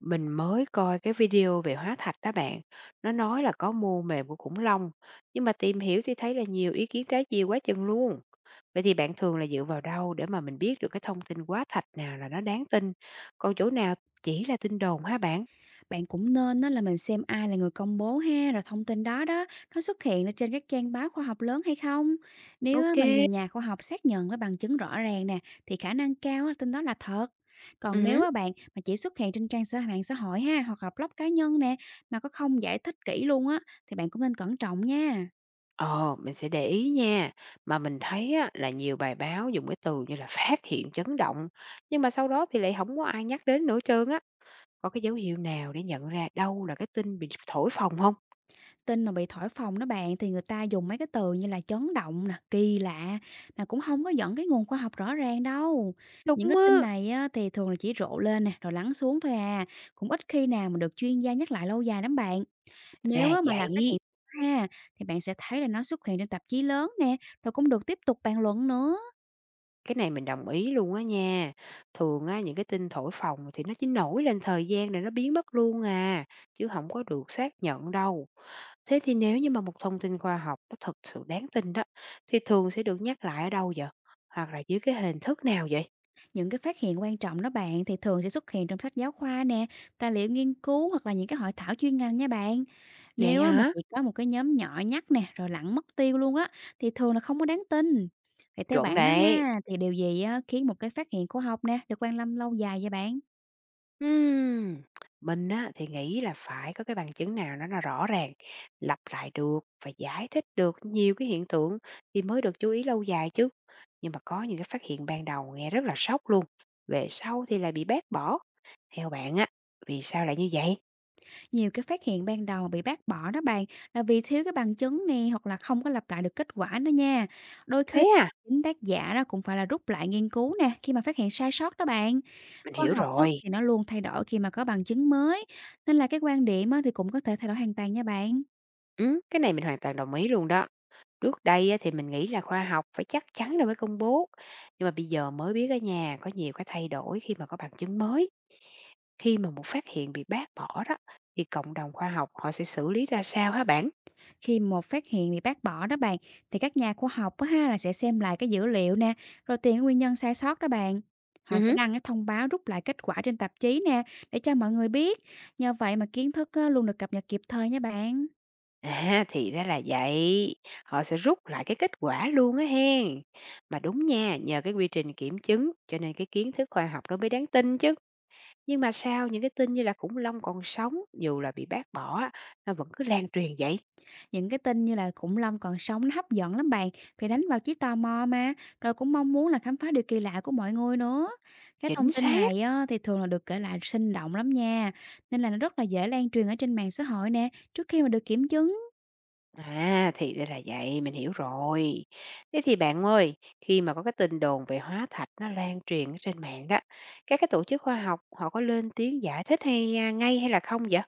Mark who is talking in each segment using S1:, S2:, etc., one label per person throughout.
S1: Mình mới coi cái video về hóa thạch đó bạn, nó nói là có mô mềm của khủng long, nhưng mà tìm hiểu thì thấy là nhiều ý kiến trái chiều quá chừng luôn. Vậy thì bạn thường là dựa vào đâu để mà mình biết được cái thông tin hóa thạch nào là nó đáng tin, còn chỗ nào chỉ là tin đồn hả bạn?
S2: Bạn cũng nên á, là mình xem ai là người công bố ha, rồi thông tin đó đó, nó xuất hiện ở trên các trang báo khoa học lớn hay không. Nếu á,
S1: Ok,
S2: mà nhiều nhà khoa học xác nhận với bằng chứng rõ ràng nè, thì khả năng cao á, tin đó là thật.
S1: ừ,
S2: Còn nếu
S1: hứ,
S2: á, bạn mà chỉ xuất hiện trên trang mạng xã hội ha, hoặc là blog cá nhân nè, mà có không giải thích kỹ luôn á, thì bạn cũng nên cẩn trọng nha.
S1: Ồ, mình sẽ để ý nha. Mà mình thấy á, là nhiều bài báo dùng cái từ như là phát hiện chấn động, nhưng mà sau đó thì lại không có ai nhắc đến nữa trơn á. Có cái dấu hiệu nào để nhận ra đâu là cái tin bị thổi phồng không?
S2: Tin mà bị thổi phồng đó bạn, thì người ta dùng mấy cái từ như là chấn động nè, kỳ lạ, mà cũng không có dẫn cái nguồn khoa học rõ ràng đâu. Những cái
S1: Đúng
S2: tin
S1: á,
S2: này á, thì thường là chỉ rộ lên nè, rồi lắng xuống thôi à, cũng ít khi nào mà được chuyên gia nhắc lại lâu dài lắm bạn. Nếu
S1: ra
S2: á mà là phát
S1: vậy,
S2: hiện ha, thì bạn sẽ thấy là nó xuất hiện trên tạp chí lớn nè, rồi cũng được tiếp tục bàn luận nữa.
S1: cái này mình đồng ý luôn á nha. Thường á, những cái tin thổi phồng thì nó chỉ nổi lên thời gian rồi nó biến mất luôn à, chứ không có được xác nhận đâu. Thế thì nếu như mà một thông tin khoa học nó thật sự đáng tin đó, thì thường sẽ được nhắc lại ở đâu vậy? Hoặc là dưới cái hình thức nào vậy?
S2: Những cái phát hiện quan trọng đó bạn, thì thường sẽ xuất hiện trong sách giáo khoa nè, tài liệu nghiên cứu, hoặc là những cái hội thảo chuyên ngành nha bạn.
S1: Vậy
S2: Nếu á mà
S1: hả?
S2: chỉ có một cái nhóm nhỏ nhắc nè, rồi lặn mất tiêu luôn á, thì thường là không có đáng tin. Vậy theo
S1: Chuẩn
S2: bạn đó
S1: đấy.
S2: ha, thì điều gì á khiến một cái phát hiện khoa học nè được quan tâm lâu dài vậy bạn?
S1: Ừm, mình á thì nghĩ là phải có cái bằng chứng nào nó là rõ ràng, lặp lại được và giải thích được nhiều cái hiện tượng thì mới được chú ý lâu dài chứ. Nhưng mà có những cái phát hiện ban đầu nghe rất là sốc luôn, về sau thì lại bị bác bỏ. Theo bạn á, vì sao lại như vậy?
S2: Nhiều cái phát hiện ban đầu bị bác bỏ đó bạn, là vì thiếu cái bằng chứng nè, hoặc là không có lặp lại được kết quả đó nha. Đôi khi
S1: Thế à,
S2: chính tác giả đó cũng phải là rút lại nghiên cứu nè, khi mà phát hiện sai sót đó bạn.
S1: mình
S2: Khoa
S1: hiểu
S2: học á,
S1: rồi.
S2: thì nó luôn thay đổi khi mà có bằng chứng mới, nên là cái quan điểm á, thì cũng có thể thay đổi hoàn toàn nha bạn.
S1: Ừ, cái này mình hoàn toàn đồng ý luôn đó. Trước đây á, thì mình nghĩ là khoa học phải chắc chắn rồi mới công bố, nhưng mà bây giờ mới biết ở nhà có nhiều cái thay đổi khi mà có bằng chứng mới. Khi mà một phát hiện bị bác bỏ đó, thì cộng đồng khoa học họ sẽ xử lý ra sao hả bạn?
S2: Khi một phát hiện bị bác bỏ đó bạn, thì các nhà khoa học á ha là sẽ xem lại cái dữ liệu nè, rồi tìm cái nguyên nhân sai sót đó bạn.
S1: Ừ
S2: Họ sẽ
S1: hứ.
S2: đăng cái thông báo rút lại kết quả trên tạp chí nè để cho mọi người biết. Nhờ vậy mà kiến thức á, luôn được cập nhật kịp thời nha bạn.
S1: À, thì ra là vậy, họ sẽ rút lại cái kết quả luôn á hen. Mà đúng nha, nhờ cái quy trình kiểm chứng cho nên cái kiến thức khoa học nó mới đáng tin chứ. Nhưng mà sao những cái tin như là khủng long còn sống dù là bị bác bỏ á, nó vẫn cứ lan truyền vậy?
S2: Những cái tin như là khủng long còn sống nó hấp dẫn lắm bạn, vì đánh vào trí tò mò mà, rồi cũng mong muốn là khám phá điều kỳ lạ của mọi người nữa. Cái thông
S1: Chính
S2: tin
S1: xác.
S2: này á, thì thường là được kể lại sinh động lắm nha, nên là nó rất là dễ lan truyền ở trên mạng xã hội nè, trước khi mà được kiểm chứng.
S1: À, thì đây là vậy, mình hiểu rồi. Thế thì bạn ơi, khi mà có cái tin đồn về hóa thạch nó lan truyền ở trên mạng đó, các cái tổ chức khoa học họ có lên tiếng giải thích hay à, ngay hay là không vậy?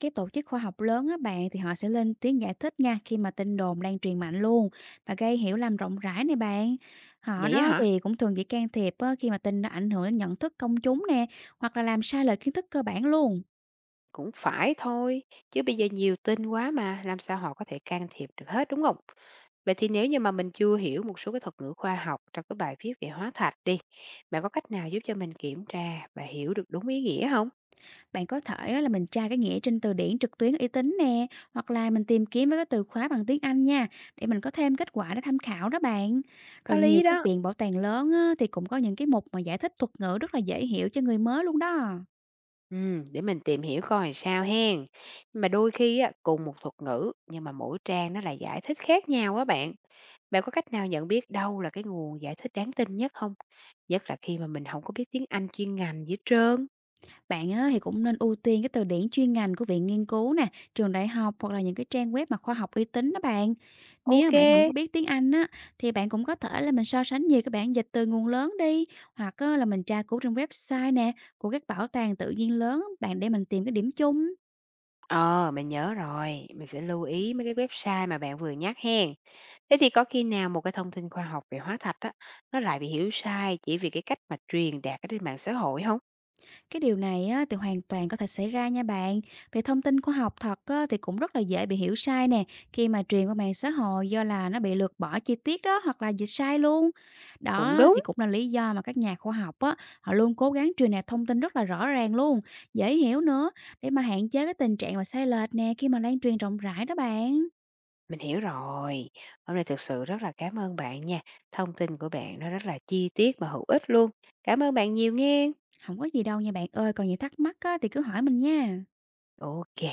S2: Cái tổ chức khoa học lớn á bạn, thì họ sẽ lên tiếng giải thích nha khi mà tin đồn lan truyền mạnh luôn và gây hiểu lầm rộng rãi này bạn. Họ
S1: Vậy á
S2: đó
S1: hả?
S2: thì cũng thường chỉ can thiệp á, khi mà tin nó ảnh hưởng đến nhận thức công chúng nè, hoặc là làm sai lệch kiến thức cơ bản luôn.
S1: Cũng phải thôi, chứ bây giờ nhiều tin quá mà, làm sao họ có thể can thiệp được hết đúng không? Vậy thì nếu như mà mình chưa hiểu một số cái thuật ngữ khoa học trong cái bài viết về hóa thạch đi, bạn có cách nào giúp cho mình kiểm tra và hiểu được đúng ý nghĩa không?
S2: Bạn có thể á, là mình tra cái nghĩa trên từ điển trực tuyến uy tín nè, hoặc là mình tìm kiếm với cái từ khóa bằng tiếng Anh nha, để mình có thêm kết quả để tham khảo đó bạn.
S1: Có
S2: Rồi nhiều
S1: lý
S2: cái
S1: đó.
S2: viện bảo tàng lớn á, thì cũng có những cái mục mà giải thích thuật ngữ rất là dễ hiểu cho người mới luôn đó.
S1: Để mình tìm hiểu coi sao hen. Nhưng mà đôi khi á, cùng một thuật ngữ nhưng mà mỗi trang nó lại giải thích khác nhau á bạn. Bạn có cách nào nhận biết đâu là cái nguồn giải thích đáng tin nhất không? Nhất là khi mà mình không có biết tiếng Anh chuyên ngành gì hết trơn.
S2: Bạn á, thì cũng nên ưu tiên cái từ điển chuyên ngành của viện nghiên cứu nè, trường đại học, hoặc là những cái trang web mà khoa học uy tín đó bạn. Nếu
S1: Ok.
S2: mà bạn không có biết tiếng Anh á, thì bạn cũng có thể là mình so sánh nhiều cái bản dịch từ nguồn lớn đi, hoặc á, là mình tra cứu trên website nè của các bảo tàng tự nhiên lớn bạn, để mình tìm cái điểm chung.
S1: Ờ, mình nhớ rồi. Mình sẽ lưu ý mấy cái website mà bạn vừa nhắc hen. Thế thì có khi nào một cái thông tin khoa học về hóa thạch á, nó lại bị hiểu sai chỉ vì cái cách mà truyền đạt ở trên mạng xã hội không?
S2: Cái điều này á, thì hoàn toàn có thể xảy ra nha bạn. Vì thông tin khoa học thật á, thì cũng rất là dễ bị hiểu sai nè, khi mà truyền qua mạng xã hội do là nó bị lược bỏ chi tiết đó, hoặc là dịch sai luôn.
S1: Cũng
S2: Đó
S1: đúng.
S2: thì cũng là lý do mà các nhà khoa học á, họ luôn cố gắng truyền đạt thông tin rất là rõ ràng luôn, dễ hiểu nữa, để mà hạn chế cái tình trạng mà sai lệch nè khi mà lan truyền rộng rãi đó bạn.
S1: Mình hiểu rồi. Hôm nay thực sự rất là cảm ơn bạn nha. Thông tin của bạn nó rất là chi tiết và hữu ích luôn. Cảm ơn bạn nhiều nghe.
S2: Không có gì đâu nha bạn ơi, còn gì thắc mắc á, thì cứ hỏi mình nha.
S1: OK.